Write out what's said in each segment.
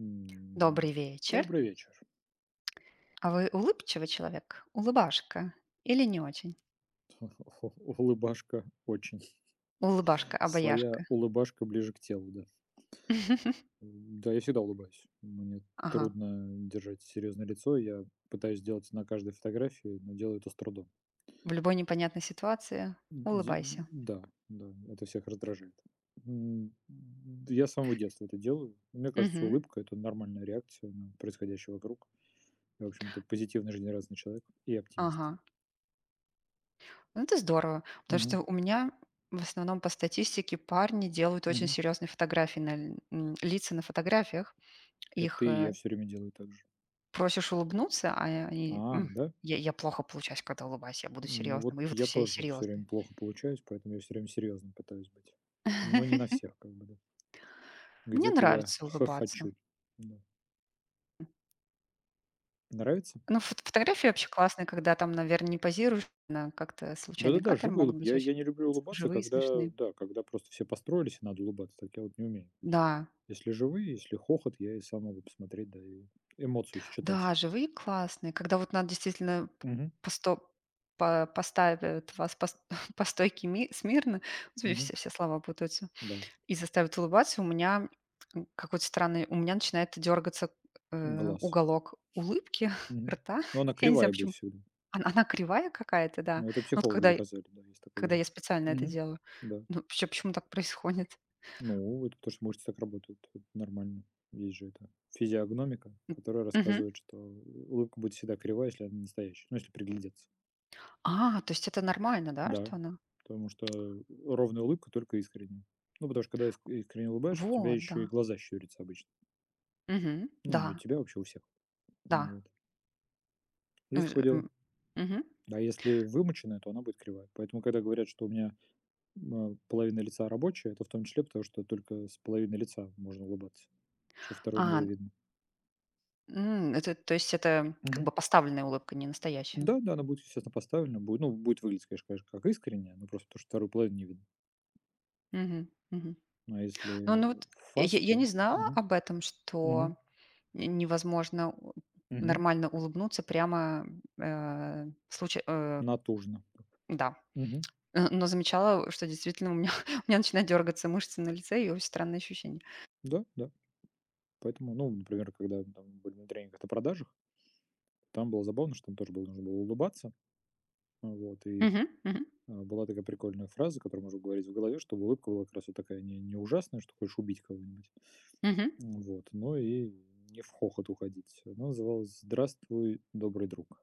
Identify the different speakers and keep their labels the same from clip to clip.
Speaker 1: М,
Speaker 2: Добрый вечер.
Speaker 1: Добрый вечер.
Speaker 2: А вы улыбчивый человек? Улыбашка или не очень?
Speaker 1: Улыбашка очень.
Speaker 2: Улыбашка-обаяшка.
Speaker 1: Своя улыбашка ближе к телу, да. Да, я всегда улыбаюсь. Мне
Speaker 2: Ага.
Speaker 1: трудно держать серьезное лицо. Я пытаюсь сделать на каждой фотографии, но делаю это с трудом.
Speaker 2: В любой непонятной ситуации
Speaker 1: Д-
Speaker 2: улыбайся.
Speaker 1: да, да, это всех раздражает. М, Я с самого детства это делаю. Мне кажется,
Speaker 2: Мгм.
Speaker 1: улыбка– это нормальная реакция на происходящее вокруг. Я, в общем-то, позитивный, жизнерадостный человек и
Speaker 2: Ага.
Speaker 1: оптимист.
Speaker 2: Ну, это здорово, потому
Speaker 1: Мгм,
Speaker 2: что у меня в основном по статистике парни делают очень
Speaker 1: мгм.
Speaker 2: серьезные фотографии на лица на фотографиях.
Speaker 1: Это
Speaker 2: Их
Speaker 1: и я все время делаю так же.
Speaker 2: просишь улыбнуться, а они:
Speaker 1: А, да?
Speaker 2: Я плохо получаюсь, когда улыбаюсь, я буду
Speaker 1: Ну вот
Speaker 2: серьезным. И вот
Speaker 1: я
Speaker 2: все
Speaker 1: тоже все
Speaker 2: серьезные».
Speaker 1: время плохо получаюсь, поэтому я все время серьезным пытаюсь быть. Но не на всех, как бы, да.
Speaker 2: Мне
Speaker 1: Где-то я
Speaker 2: нравится улыбаться.
Speaker 1: хохочу. Да. Нравится?
Speaker 2: Ну, фотографии вообще классные, когда там, наверное, не позируешь, на как-то случайный
Speaker 1: Да-да-да,
Speaker 2: кадр
Speaker 1: живой
Speaker 2: могут
Speaker 1: улыб.
Speaker 2: быть
Speaker 1: Я,
Speaker 2: очень
Speaker 1: я не люблю
Speaker 2: с
Speaker 1: улыбаться,
Speaker 2: живые,
Speaker 1: когда,
Speaker 2: смешные.
Speaker 1: да, когда просто все построились, и надо улыбаться. Так я вот не умею.
Speaker 2: Да,
Speaker 1: Если живые, если хохот, я и сам могу посмотреть, да, и эмоцию считать.
Speaker 2: да, живые классные, когда вот надо действительно п
Speaker 1: Мгм.
Speaker 2: по сто по поставят вас по ст по стойке ми смирно, господи,
Speaker 1: Мгм.
Speaker 2: все слова путаются,
Speaker 1: Да,
Speaker 2: и заставят улыбаться. У меня какой-то странный, у меня начинает дергаться
Speaker 1: глаз.
Speaker 2: уголок улыбки,
Speaker 1: Мгм.
Speaker 2: рта.
Speaker 1: Но она
Speaker 2: Я не знаю
Speaker 1: кривая будет
Speaker 2: почему.
Speaker 1: всегда.
Speaker 2: Она кривая какая-то, да.
Speaker 1: Но это
Speaker 2: Ну, вот
Speaker 1: психологи
Speaker 2: когда
Speaker 1: доказали, да, есть такое
Speaker 2: когда
Speaker 1: дело.
Speaker 2: я специально это
Speaker 1: Мгм.
Speaker 2: делаю.
Speaker 1: Да.
Speaker 2: Ну, вообще, почему так происходит?
Speaker 1: Ну, это тоже мышцы так работают. Это нормально. Есть же это физиогномика,
Speaker 2: М.
Speaker 1: которая
Speaker 2: Мгм.
Speaker 1: рассказывает, что улыбка будет всегда кривая, если она настоящая. Ну, если приглядеться.
Speaker 2: А, то есть это нормально, да,
Speaker 1: Да.
Speaker 2: что она.
Speaker 1: Потому что ровная улыбка только искренняя. Ну, потому что когда искренне улыбаешься, у тебя
Speaker 2: Вот,
Speaker 1: еще и
Speaker 2: да.
Speaker 1: глаза щурятся обычно.
Speaker 2: Мгм.
Speaker 1: Ну, не у
Speaker 2: Да,
Speaker 1: тебя, а вообще у всех. Ну,
Speaker 2: да.
Speaker 1: вот.
Speaker 2: Ну
Speaker 1: Есть
Speaker 2: ж
Speaker 1: такое дело.
Speaker 2: м. Мгм.
Speaker 1: А если вымученная, то она будет кривая. Поэтому, когда говорят, что у меня половина лица рабочая, это в том числе потому, что только с половины лица можно улыбаться, чтобы второй не было
Speaker 2: А
Speaker 1: видно.
Speaker 2: это то есть это как
Speaker 1: Мгм.
Speaker 2: бы поставленная улыбка, не настоящая.
Speaker 1: Да, да, она будет, естественно, поставлена. Будет, ну, будет выглядеть, конечно, конечно, как искренне, но просто то, что вторую половину не видно.
Speaker 2: Мгм, мгм.
Speaker 1: Ну, а
Speaker 2: Ну
Speaker 1: если
Speaker 2: вот я
Speaker 1: фас,
Speaker 2: я не
Speaker 1: то
Speaker 2: знала
Speaker 1: мгм,
Speaker 2: об этом,
Speaker 1: мгм,
Speaker 2: что н невозможно у
Speaker 1: мгм,
Speaker 2: нормально улыбнуться прямо, э, случай э,
Speaker 1: натужно.
Speaker 2: да.
Speaker 1: Мгм.
Speaker 2: Но замечала, что действительно у меня у меня начинают дергаться мышцы на лице и очень странные ощущения.
Speaker 1: Да, да. Поэтому, ну, например, когда мы там были на тренингах на продажах, там было забавно, что там тоже было, нужно было улыбаться. Ну, вот, и
Speaker 2: Мгм, мгм,
Speaker 1: а, была такая прикольная фраза, которую можно говорить в голове, чтобы улыбка была как раз вот такая не ужасная, что хочешь убить кого-нибудь.
Speaker 2: мгм.
Speaker 1: Вот, но и не в хохот уходить. Она называлась «Здравствуй, добрый друг».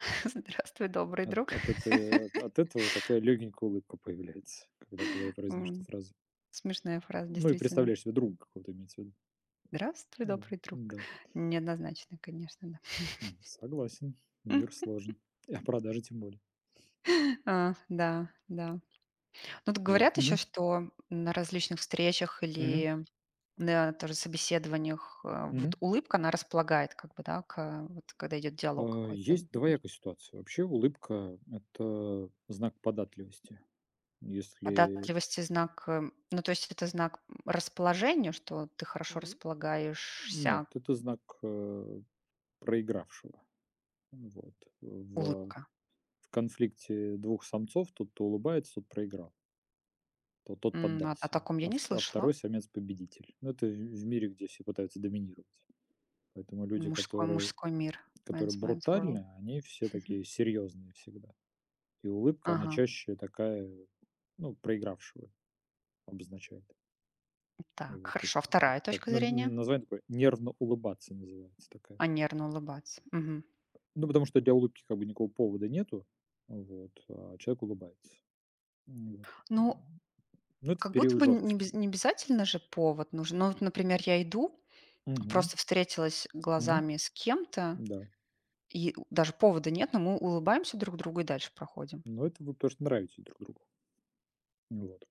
Speaker 2: Здравствуй, добрый друг.
Speaker 1: От этой от этого вот такая легенькая улыбка появляется, когда в голове произносишь эту
Speaker 2: М,
Speaker 1: фразу.
Speaker 2: смешная фраза,
Speaker 1: Ну и
Speaker 2: действительно.
Speaker 1: представляешь себе друга какого-то, имеется в виду.
Speaker 2: Здравствуй,
Speaker 1: Вот,
Speaker 2: добрый друг.
Speaker 1: да.
Speaker 2: Неоднозначно, конечно, да.
Speaker 1: Согласен, мир сложен. И продажи тем более.
Speaker 2: А, да, да. Ну, тут
Speaker 1: Вот.
Speaker 2: говорят еще,
Speaker 1: Мгм.
Speaker 2: что на различных встречах
Speaker 1: Мгм.
Speaker 2: или на тоже собеседованиях
Speaker 1: Мгм.
Speaker 2: вот улыбка, она располагает как бы, да, к, вот когда идет диалог
Speaker 1: А,
Speaker 2: какой-то.
Speaker 1: есть
Speaker 2: э,
Speaker 1: двоякая ситуация. Вообще улыбка- это знак податливости. Если
Speaker 2: Податливость и знак ну, то есть это знак расположения, что ты хорошо
Speaker 1: нет,
Speaker 2: располагаешься,
Speaker 1: это знак, проигравшего. Вот. В
Speaker 2: улыбка.
Speaker 1: в конфликте двух самцов тот, кто улыбается, тот проиграл. То тот
Speaker 2: М, о
Speaker 1: поддался,
Speaker 2: таком я
Speaker 1: а,
Speaker 2: не слышала.
Speaker 1: второй самец победитель. Ну, это в мире, где все пытаются доминировать. Поэтому люди,
Speaker 2: Мужской
Speaker 1: которые,
Speaker 2: мужской мир.
Speaker 1: которые
Speaker 2: Men's men's world.
Speaker 1: брутальны, они все
Speaker 2: Мгм.
Speaker 1: такие серьезные всегда. И улыбка, она
Speaker 2: Ага.
Speaker 1: чаще такая, ну, проигравшего обозначает.
Speaker 2: Так,
Speaker 1: Вот, то есть
Speaker 2: хорошо. А
Speaker 1: так,
Speaker 2: 2
Speaker 1: так,
Speaker 2: точка
Speaker 1: ну,
Speaker 2: зрения?
Speaker 1: название такое «нервно улыбаться» называется такая.
Speaker 2: А, нервно улыбаться. Мгм.
Speaker 1: Ну, потому что для улыбки как бы никакого повода нету, вот, а человек улыбается. Вот.
Speaker 2: Ну,
Speaker 1: Ну, это в
Speaker 2: как будто
Speaker 1: период
Speaker 2: бы не
Speaker 1: жесткости.
Speaker 2: без не обязательно же повод нужен. Ну, вот, например, я иду,
Speaker 1: Угу.
Speaker 2: просто встретилась
Speaker 1: Угу.
Speaker 2: глазами с кем-то,
Speaker 1: Да.
Speaker 2: и даже повода нет, но мы улыбаемся друг другу и дальше проходим.
Speaker 1: Но это вы просто нравитесь друг другу. Вот.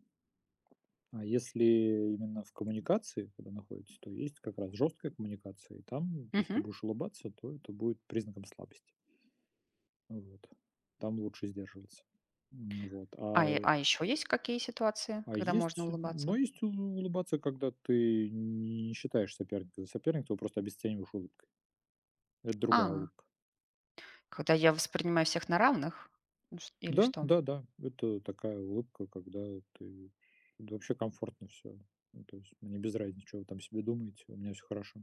Speaker 1: А если именно в коммуникации, когда находитесь, то есть как раз жесткая коммуникация. И там, то если ты
Speaker 2: Мгм.
Speaker 1: будешь улыбаться, то это будет признаком слабости. Вот. Там лучше сдерживаться. Вот.
Speaker 2: А и
Speaker 1: А,
Speaker 2: а еще есть какие ситуации,
Speaker 1: а
Speaker 2: когда можно
Speaker 1: есть, но
Speaker 2: улыбаться?
Speaker 1: есть улыбаться, когда ты не считаешь соперника за соперника, ты его просто обесцениваешь улыбкой. Это другая
Speaker 2: А,
Speaker 1: улыбка.
Speaker 2: когда я воспринимаю всех на равных? Ну ш или
Speaker 1: Да,
Speaker 2: что?
Speaker 1: да-да, это такая улыбка, когда ты да вообще комфортно все, то есть мне без разницы, чё вы там себе думаете, у меня все хорошо.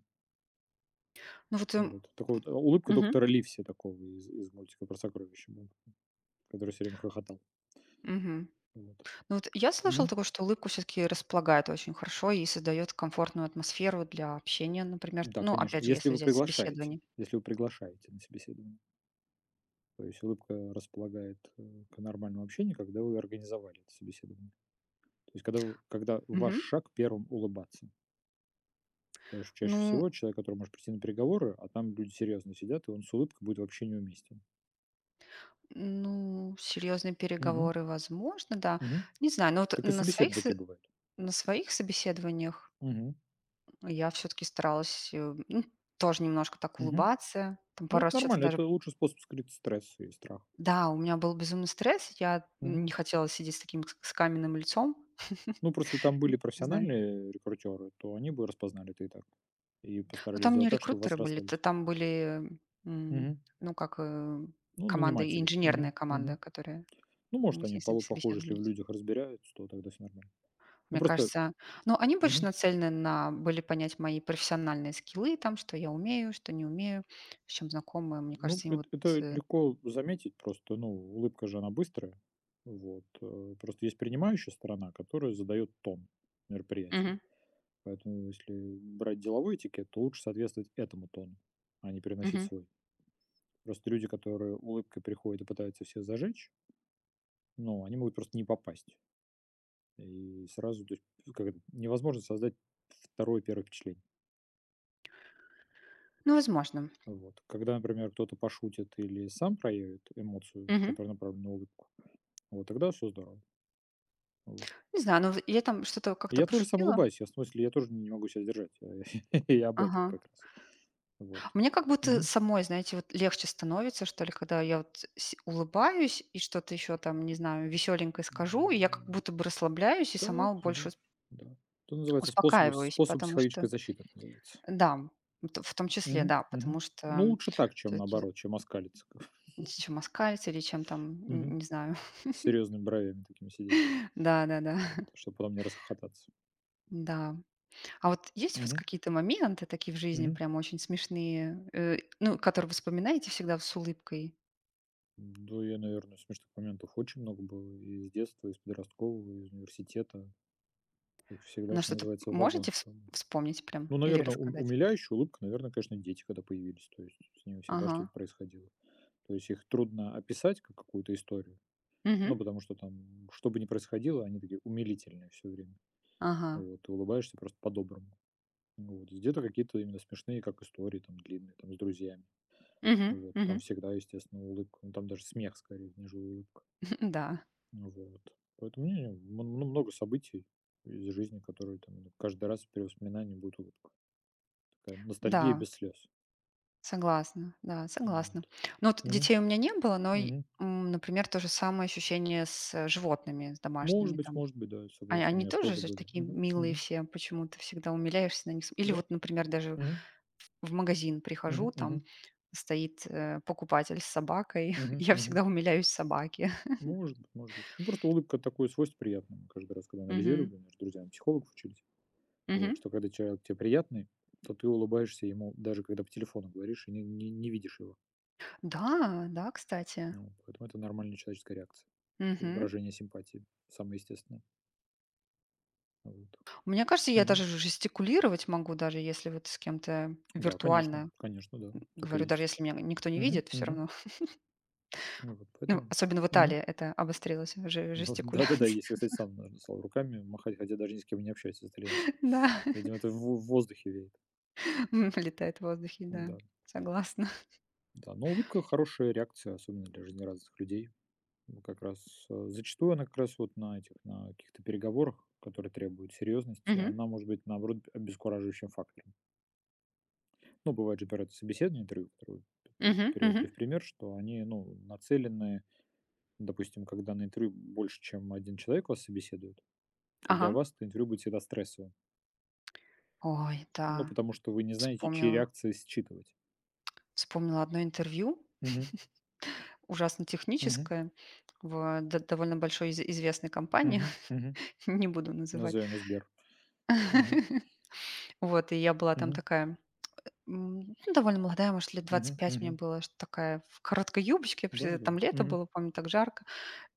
Speaker 2: Ну вот,
Speaker 1: Вот. Такой вот, улыбка
Speaker 2: мгм,
Speaker 1: доктора Ливси такого из мультика про сокровища была, который все время хохотал.
Speaker 2: мгм.
Speaker 1: Вот.
Speaker 2: Ну вот я слышала
Speaker 1: Мгм.
Speaker 2: такое, что улыбку все таки располагает очень хорошо и создает комфортную атмосферу для общения, например.
Speaker 1: Да,
Speaker 2: Ну,
Speaker 1: конечно,
Speaker 2: опять же,
Speaker 1: если
Speaker 2: если
Speaker 1: вы
Speaker 2: взять
Speaker 1: приглашаете,
Speaker 2: собеседование.
Speaker 1: если вы приглашаете на собеседование. То есть улыбка располагает, к нормальному общению, когда вы организовали это собеседование. То есть когда ваш
Speaker 2: Мгм.
Speaker 1: шаг первым улыбаться. Потому что чаще
Speaker 2: Ну
Speaker 1: всего человек, который может прийти на переговоры, а там люди серьезно сидят, и он с улыбкой будет вообще неуместен.
Speaker 2: ну, серьезные
Speaker 1: Мгм.
Speaker 2: переговоры, возможно, да.
Speaker 1: Мгм.
Speaker 2: Не знаю, но вот
Speaker 1: Так и собеседы такие бывают.
Speaker 2: на своих собеседованиях
Speaker 1: Мгм.
Speaker 2: я все таки старалась ну, тоже немножко так
Speaker 1: Мгм.
Speaker 2: улыбаться. Там
Speaker 1: Ну,
Speaker 2: пару
Speaker 1: это
Speaker 2: раз что то
Speaker 1: нормально,
Speaker 2: даже.
Speaker 1: это лучший способ скрыть стресс и страх.
Speaker 2: Да, у меня был безумный стресс, я
Speaker 1: Мгм.
Speaker 2: не хотела сидеть с таким с каменным лицом.
Speaker 1: Ну, просто если там были
Speaker 2: Не знаю.
Speaker 1: профессиональные рекрутеры, то они бы распознали это и так. И
Speaker 2: Но
Speaker 1: постарались
Speaker 2: там не
Speaker 1: сделать так, чтобы
Speaker 2: рекрутеры
Speaker 1: вас
Speaker 2: были, т
Speaker 1: расслабить.
Speaker 2: там были м,
Speaker 1: Мгм.
Speaker 2: ну, как
Speaker 1: Ну,
Speaker 2: команда,
Speaker 1: наниматели.
Speaker 2: инженерная
Speaker 1: Мгм.
Speaker 2: команда,
Speaker 1: Мгм.
Speaker 2: которая
Speaker 1: Ну,
Speaker 2: мы
Speaker 1: может,
Speaker 2: с
Speaker 1: они
Speaker 2: ней соб
Speaker 1: похуже, если в
Speaker 2: собеседовались.
Speaker 1: людях разбираются, то тогда все нормально. Ну,
Speaker 2: Мне
Speaker 1: просто.
Speaker 2: кажется, ну, они больше
Speaker 1: Мгм.
Speaker 2: нацелены на были понять мои профессиональные скиллы, там, что я умею, что не умею, с чем знакома. Мне
Speaker 1: Ну,
Speaker 2: кажется, им вот,
Speaker 1: эт это
Speaker 2: э
Speaker 1: легко заметить просто. Ну, улыбка же, она быстрая. Вот, просто есть принимающая сторона, которая задает тон мероприятию.
Speaker 2: Мгм.
Speaker 1: Поэтому, если брать деловой этикет, то лучше соответствовать этому тону, а не переносить
Speaker 2: Мгм.
Speaker 1: свой. Просто люди, которые улыбкой приходят и пытаются всех зажечь, ну, они могут просто не попасть. И сразу, то есть, как это, невозможно создать второе первое впечатление.
Speaker 2: Ну, возможно.
Speaker 1: Вот. Когда, например, кто-то пошутит или сам проявит эмоцию,
Speaker 2: Мгм.
Speaker 1: которая направлена на улыбку, вот тогда все здорово. Вот.
Speaker 2: Не знаю, ну, я там что-то
Speaker 1: И
Speaker 2: как-то
Speaker 1: я тоже сам
Speaker 2: пошутила.
Speaker 1: улыбаюсь, я в смысле, я тоже не могу себя сдержать. Я об этом
Speaker 2: Ага.
Speaker 1: как раз. Вот.
Speaker 2: Мне как будто
Speaker 1: Мгм.
Speaker 2: самой, знаете, вот легче становится, что ли, когда я вот с улыбаюсь и что-то еще там, не знаю, веселенькое скажу, и я как
Speaker 1: М,
Speaker 2: будто бы расслабляюсь и
Speaker 1: Да,
Speaker 2: сама больше
Speaker 1: да, да. Это называется способ,
Speaker 2: успокаиваюсь,
Speaker 1: способ
Speaker 2: потому что
Speaker 1: психологической защиты, это называется.
Speaker 2: да, вот в том числе,
Speaker 1: Мгм,
Speaker 2: да,
Speaker 1: мгм.
Speaker 2: потому
Speaker 1: Ну,
Speaker 2: что
Speaker 1: лучше так, чем
Speaker 2: всё-таки
Speaker 1: наоборот, чем оскалиться.
Speaker 2: чем оскалиться или чем там
Speaker 1: Мгм.
Speaker 2: н не знаю.
Speaker 1: С серьезными бровями такими сидеть,
Speaker 2: Да-да-да. Да.
Speaker 1: чтобы потом не расхохотаться.
Speaker 2: Да. Да. А вот есть у вас
Speaker 1: Мгм,
Speaker 2: какие-то моменты такие в жизни
Speaker 1: мгм.
Speaker 2: прям очень смешные ну, которые вы вспоминаете всегда с улыбкой?
Speaker 1: Да, я, наверное, смешных моментов очень много было. И с детства, и с подросткового, и из университета. Их всегда,
Speaker 2: На
Speaker 1: что
Speaker 2: что-то
Speaker 1: называется, в
Speaker 2: можете
Speaker 1: вагон.
Speaker 2: вспомнить прям
Speaker 1: Ну,
Speaker 2: или
Speaker 1: наверное, ум
Speaker 2: рассказать?
Speaker 1: умиляющая улыбка, наверное, конечно, дети, когда появились. То есть с ними всегда
Speaker 2: Ага.
Speaker 1: что-то происходило. То есть их трудно описать как какую-то историю.
Speaker 2: Мгм.
Speaker 1: Ну, потому что там, что бы ни происходило, они такие умилительные все время.
Speaker 2: Ага.
Speaker 1: Вот, ты улыбаешься просто по-доброму. Вот. Где-то какие-то именно смешные, как истории там длинные, там с друзьями.
Speaker 2: Мгм.
Speaker 1: Вот. Там
Speaker 2: Мгм.
Speaker 1: всегда, естественно, улыбка. Ну, там даже смех скорее, нежели улыбка.
Speaker 2: Да.
Speaker 1: Вот. Поэтому не, не, мн ну, много событий из жизни, которые там ну, каждый раз при воспоминании будет улыбка. Такая ностальгия
Speaker 2: Да.
Speaker 1: без слез.
Speaker 2: Согласна. Да,
Speaker 1: Ну
Speaker 2: согласна.
Speaker 1: вот.
Speaker 2: Ну, вот
Speaker 1: Мгм,
Speaker 2: детей у меня не было, но, и
Speaker 1: мгм.
Speaker 2: например, то же самое ощущение с животными, с домашними
Speaker 1: Может быть,
Speaker 2: там.
Speaker 1: может быть, да, я согласен. У
Speaker 2: Они
Speaker 1: меня же
Speaker 2: тоже
Speaker 1: тоже
Speaker 2: же
Speaker 1: были.
Speaker 2: такие
Speaker 1: Мгм,
Speaker 2: милые
Speaker 1: мгм.
Speaker 2: все, почему-то всегда умиляешься на них. Или
Speaker 1: Да.
Speaker 2: вот, например, даже
Speaker 1: Мгм,
Speaker 2: в магазин прихожу,
Speaker 1: мгм,
Speaker 2: там
Speaker 1: мгм,
Speaker 2: стоит покупатель с собакой.
Speaker 1: мгм,
Speaker 2: Я
Speaker 1: мгм.
Speaker 2: всегда умиляюсь собаке.
Speaker 1: Может быть, может быть. Ну, просто улыбка- такое свойство приятное. Мы каждый раз, когда
Speaker 2: Мгм.
Speaker 1: анализировали, мы с друзьями психологов учились,
Speaker 2: Мгм.
Speaker 1: вот, что когда человек тебе приятный, то ты улыбаешься ему, даже когда по телефону говоришь и не видишь его.
Speaker 2: Да, да, кстати.
Speaker 1: Ну, поэтому это нормальная человеческая реакция.
Speaker 2: Мгм.
Speaker 1: Выражение симпатии самое естественное. Вот.
Speaker 2: Мне кажется, я
Speaker 1: Мгм.
Speaker 2: даже жестикулировать могу, даже если вот с кем-то
Speaker 1: Да, конечно,
Speaker 2: виртуально
Speaker 1: конечно, да, так и
Speaker 2: говорю, даже
Speaker 1: есть.
Speaker 2: если меня никто не
Speaker 1: Мгм,
Speaker 2: видит, все
Speaker 1: мгм.
Speaker 2: равно.
Speaker 1: Ну, вот
Speaker 2: Ну,
Speaker 1: поэтому.
Speaker 2: особенно в
Speaker 1: Мгм.
Speaker 2: Италии это обострилось, же
Speaker 1: Ну да-да-да,
Speaker 2: жестикуляция.
Speaker 1: если, кстати, сам нужно стал руками махать, хотя даже ни с кем не общаюсь из итальянцев.
Speaker 2: Да,
Speaker 1: Видимо, это в воздухе веет.
Speaker 2: летает в воздухе, да,
Speaker 1: Да,
Speaker 2: согласна.
Speaker 1: да. Но улыбка- хорошая реакция, особенно для жизнерадостных людей. Ну, как раз, зачастую она как раз вот на этих, на каких-то переговорах, которые требуют серьезности,
Speaker 2: Мгм.
Speaker 1: она может быть, наоборот, обескураживающим фактором. Ну, бывает же, например, это собеседование, интервью, которое п п
Speaker 2: Мгм. Мгм.
Speaker 1: приводили в пример, что они, ну, нацелены, допустим, когда на интервью больше, чем один человек вас собеседует, то для
Speaker 2: Ага.
Speaker 1: вас это интервью будет всегда стрессовым.
Speaker 2: Ой,
Speaker 1: Ну,
Speaker 2: да,
Speaker 1: потому что вы не знаете, чьи
Speaker 2: вспомнила.
Speaker 1: реакции считывать.
Speaker 2: Вспомнила одно интервью.
Speaker 1: Мгм.
Speaker 2: Ужасно
Speaker 1: Мгм.
Speaker 2: техническое, в до довольно большой из известной компании,
Speaker 1: Мгм. Мгм.
Speaker 2: не буду называть.
Speaker 1: Назовем его Сбер. Мгм.
Speaker 2: Вот, и я была там
Speaker 1: Мгм.
Speaker 2: такая м, ну, довольно молодая, может, лет двадцать
Speaker 1: Мгм.
Speaker 2: пять мне
Speaker 1: Мгм.
Speaker 2: было, что такая в короткой юбочке, просто
Speaker 1: Да-да-да.
Speaker 2: там лето
Speaker 1: Мгм.
Speaker 2: было, помню, так жарко.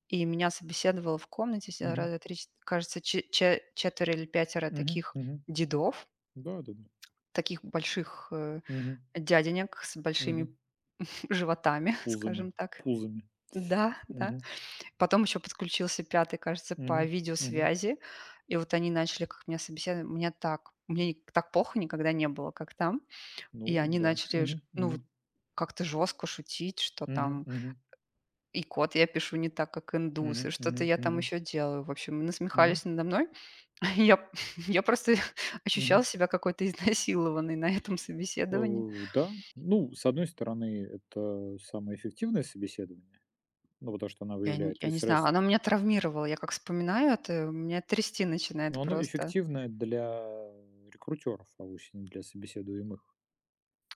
Speaker 2: И меня собеседовало в комнате ся
Speaker 1: Мгм.
Speaker 2: раза 3, ч кажется, че че четверо или пятеро
Speaker 1: Мгм.
Speaker 2: таких
Speaker 1: Мгм.
Speaker 2: дедов,
Speaker 1: Да-да-да.
Speaker 2: таких больших
Speaker 1: Мгм.
Speaker 2: дяденек с большими
Speaker 1: Мгм.
Speaker 2: животами,
Speaker 1: Пузами.
Speaker 2: скажем так.
Speaker 1: Пузами.
Speaker 2: Да, да.
Speaker 1: Мгм.
Speaker 2: Потом еще подключился пятый, кажется, по
Speaker 1: Мгм. Мгм.
Speaker 2: видеосвязи. И вот они начали, как меня собеседовали. Меня так мне ни так плохо никогда не было, как там.
Speaker 1: Ну,
Speaker 2: И они
Speaker 1: да.
Speaker 2: начали ж
Speaker 1: Мгм.
Speaker 2: ну, вот
Speaker 1: Мгм.
Speaker 2: как-то жестко шутить, что
Speaker 1: Мгм.
Speaker 2: там
Speaker 1: Мгм.
Speaker 2: и код я пишу не так, как индус, и
Speaker 1: Мгм.
Speaker 2: что-то
Speaker 1: Мгм.
Speaker 2: я там
Speaker 1: Мгм.
Speaker 2: еще делаю. В общем,
Speaker 1: Мгм.
Speaker 2: насмехались надо мной. Я я просто
Speaker 1: Мгм.
Speaker 2: ощущала себя какой-то изнасилованной на этом собеседовании.
Speaker 1: Да. Ну, с одной стороны, это самое эффективное собеседование, ну, потому что она
Speaker 2: Я не
Speaker 1: выявляет
Speaker 2: я
Speaker 1: и
Speaker 2: не знаю,
Speaker 1: стресс.
Speaker 2: оно меня травмировало. Я как вспоминаю это, меня трясти начинает
Speaker 1: Но оно
Speaker 2: просто.
Speaker 1: эффективно для рекрутеров, а вовсе не для собеседуемых.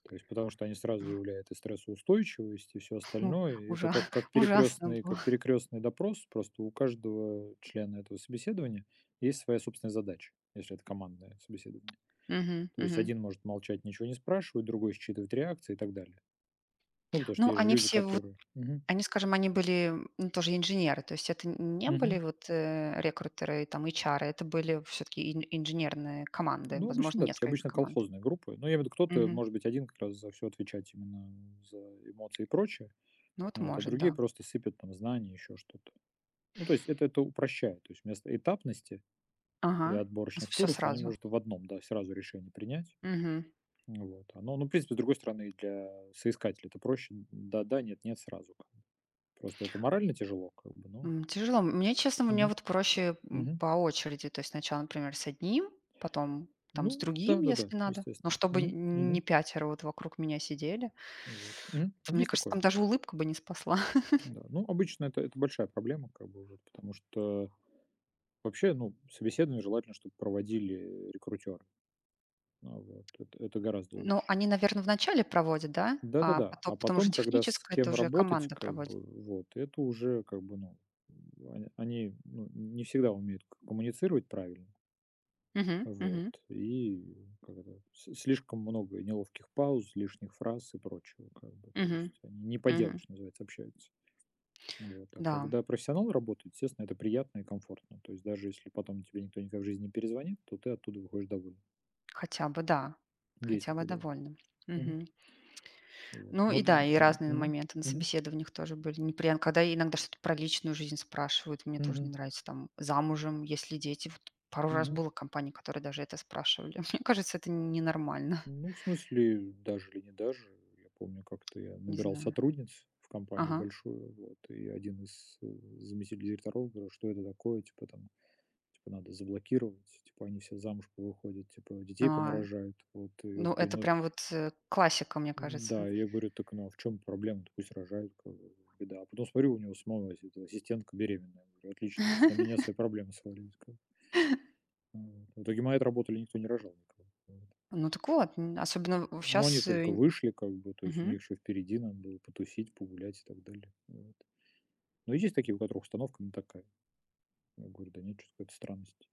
Speaker 1: То есть потому что они сразу выявляют и стрессоустойчивость, и все остальное. И это
Speaker 2: Ужас,
Speaker 1: как как
Speaker 2: ужасно
Speaker 1: перекрестный,
Speaker 2: было.
Speaker 1: как перекрестный допрос. Просто у каждого члена этого собеседования есть своя собственная задача, если это командное собеседование.
Speaker 2: Мгм,
Speaker 1: То есть
Speaker 2: мгм.
Speaker 1: один может молчать, ничего не спрашивать, другой считывать реакции и так далее. Ну, потому что
Speaker 2: Ну,
Speaker 1: есть же
Speaker 2: они
Speaker 1: люди,
Speaker 2: все вот,
Speaker 1: которые. Мгм.
Speaker 2: они, скажем, они были, ну, тоже инженеры, то есть это не были
Speaker 1: Мгм.
Speaker 2: вот рекрутеры, там, HR, это были все таки инженерные команды,
Speaker 1: Ну, обычно,
Speaker 2: возможно,
Speaker 1: да, такие
Speaker 2: несколько
Speaker 1: обычно
Speaker 2: команд.
Speaker 1: колхозные группы. Но я имею в виду, кто-то
Speaker 2: Мгм.
Speaker 1: может быть один как раз за все отвечать именно за эмоции и прочее.
Speaker 2: Ну, вот
Speaker 1: Ну вот, а
Speaker 2: может,
Speaker 1: другие
Speaker 2: да.
Speaker 1: просто сыпят там знания, еще что-то. Ну, то есть это упрощает. То есть вместо этапности или
Speaker 2: Ага.
Speaker 1: отборочных
Speaker 2: Все
Speaker 1: туров они
Speaker 2: сразу.
Speaker 1: может в одном, да, сразу решение принять.
Speaker 2: Мгм.
Speaker 1: Вот. Оно, ну, в принципе, с другой стороны, и для соискателя это проще. Да-да, нет-нет, сразу, как бы. Просто это морально тяжело, как бы, но.
Speaker 2: М, тяжело. Мне, честно, мне
Speaker 1: Мгм.
Speaker 2: вот проще
Speaker 1: Мгм.
Speaker 2: по очереди, то есть сначала, например, с одним, потом, там, с
Speaker 1: Ну,
Speaker 2: другим,
Speaker 1: да-да-да,
Speaker 2: если надо, но
Speaker 1: естественно.
Speaker 2: чтобы
Speaker 1: Мгм.
Speaker 2: не
Speaker 1: Мгм.
Speaker 2: пятеро вот вокруг меня сидели.
Speaker 1: Вот. Мгм.
Speaker 2: То, мне
Speaker 1: Есть
Speaker 2: кажется,
Speaker 1: такое.
Speaker 2: там даже улыбка бы не спасла.
Speaker 1: Да. Ну, обычно это большая проблема, как бы, вот, потому что вообще, ну, собеседование желательно, чтобы проводили рекрутеры. А, вот. Это гораздо
Speaker 2: Ну,
Speaker 1: лучше.
Speaker 2: они, наверно, вначале проводят, да? А
Speaker 1: Да-да-да.
Speaker 2: потом
Speaker 1: А
Speaker 2: потому что
Speaker 1: потом, когда с
Speaker 2: техническое- это
Speaker 1: кем
Speaker 2: уже
Speaker 1: работать,
Speaker 2: команда
Speaker 1: как
Speaker 2: проводит.
Speaker 1: бы, вот, это уже, как бы, ну, они, ну, не всегда умеют к коммуницировать правильно.
Speaker 2: Мгм,
Speaker 1: Вот.
Speaker 2: мгм,
Speaker 1: И как это, с слишком много неловких пауз, лишних фраз и прочего, как бы. То
Speaker 2: мгм,
Speaker 1: есть они не по делу,
Speaker 2: мгм.
Speaker 1: что называется, общаются. Вот. А
Speaker 2: Да,
Speaker 1: когда профессионал работает, естественно, это приятно и комфортно. То есть даже если потом тебе никто никогда в жизни не перезвонит, то ты оттуда выходишь доволен.
Speaker 2: да,
Speaker 1: Есть
Speaker 2: хотя бы
Speaker 1: такое дело.
Speaker 2: довольны.
Speaker 1: Мгм.
Speaker 2: Мгм.
Speaker 1: Вот.
Speaker 2: Ну
Speaker 1: Но
Speaker 2: и
Speaker 1: д-
Speaker 2: да, и
Speaker 1: м,
Speaker 2: разные
Speaker 1: Мгм,
Speaker 2: моменты на
Speaker 1: мгм.
Speaker 2: собеседованиях тоже были неприятны, когда иногда что-то про личную жизнь спрашивают, мне тоже не
Speaker 1: Мгм,
Speaker 2: нравится, там, замужем, есть ли дети. Вот пару раз
Speaker 1: мгм.
Speaker 2: было компаний, которые даже это спрашивали. Мне кажется, это ненормально,
Speaker 1: Ну, в смысле, даже или не даже. Я помню, как-то я
Speaker 2: не
Speaker 1: набирал
Speaker 2: знаю.
Speaker 1: сотрудниц в компанию
Speaker 2: Ага.
Speaker 1: большую, вот, и один из заместителей директоров говорил, что это такое, типа, там, типа, надо заблокировать, типа, они все замуж выходят, типа, детей
Speaker 2: А,
Speaker 1: понарожают, вот, и я
Speaker 2: ну,
Speaker 1: такой,
Speaker 2: это
Speaker 1: ну,
Speaker 2: прям вот классика, мне кажется.
Speaker 1: да, я говорю, так, ну, а в чем проблема, пусть рожают, как бы, беда. А потом смотрю, у него самого это ассистентка беременная, говорю, отлично, то есть на меня свои проблемы свалились, как бы. Вот. В итоге моя отработали, никто не рожал никого. Вот.
Speaker 2: Ну так вот, н особенно
Speaker 1: Но они
Speaker 2: сейчас.
Speaker 1: только вышли, как бы, то есть у них еще впереди надо было потусить, погулять и так далее. Вот. Но есть такие, у которых установка не такая. Я говорю, да нет, что какая-то странность.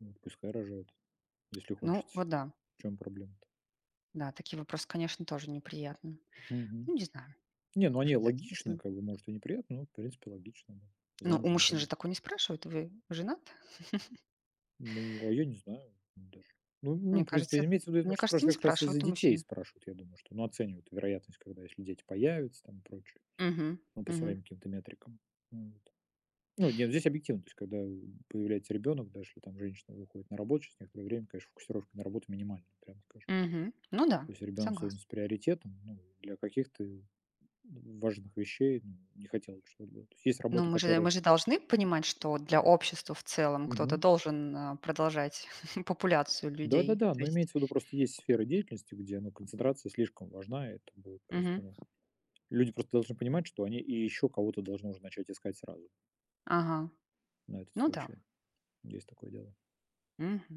Speaker 1: Ну, вот пускай рожают, если
Speaker 2: Ну
Speaker 1: хочется.
Speaker 2: вот да,
Speaker 1: В чем проблема-то?
Speaker 2: да, такие вопросы, конечно, тоже неприятны.
Speaker 1: Мгм.
Speaker 2: Ну, не знаю.
Speaker 1: Не, ну они
Speaker 2: С
Speaker 1: логичны,
Speaker 2: если
Speaker 1: как бы, может, и неприятно, но, в принципе, логично. Да.
Speaker 2: ну, у
Speaker 1: Замужем, не
Speaker 2: мужчин же
Speaker 1: замужем.
Speaker 2: такое не спрашивают. Вы женат?
Speaker 1: Ну, а я не знаю ну, даже. Ну, в
Speaker 2: Мне кажется,
Speaker 1: принципе,
Speaker 2: эт
Speaker 1: имеется в виду,
Speaker 2: мне
Speaker 1: может,
Speaker 2: кажется, не
Speaker 1: спрашивают как раз из-за
Speaker 2: спрашивают у
Speaker 1: детей,
Speaker 2: мужчин.
Speaker 1: спрашивают, я думаю, что, ну, оценивают вероятность, когда, если дети появятся, там, и прочее,
Speaker 2: Мгм,
Speaker 1: ну, по
Speaker 2: мгм,
Speaker 1: своим каким-то метрикам. Вот. Ну, нет, здесь объективно. То есть, когда появляется ребенок, даже если там женщина выходит на работу через некоторое время, конечно, фокусировка на работу минимальная, прямо скажем.
Speaker 2: мгм. Ну да,
Speaker 1: То есть ребенок сегодня
Speaker 2: согласна.
Speaker 1: с приоритетом, ну, для каких-то важных вещей ну, не хотелось, чтобы было. То есть есть
Speaker 2: Ну,
Speaker 1: работы,
Speaker 2: мы же мы
Speaker 1: которые.
Speaker 2: же должны понимать, что для общества в целом кто-то
Speaker 1: Мгм.
Speaker 2: должен, а, продолжать популяцию людей.
Speaker 1: Да-да-да,
Speaker 2: То
Speaker 1: но
Speaker 2: есть
Speaker 1: имеется в виду, просто есть сферы деятельности, где ну, концентрация слишком важна, и это будет
Speaker 2: мгм,
Speaker 1: просто. Ну, люди просто должны понимать, что они и еще кого-то должны уже начать искать сразу
Speaker 2: ага,
Speaker 1: на этот
Speaker 2: ну да,
Speaker 1: случай. Есть такое дело.
Speaker 2: мгм.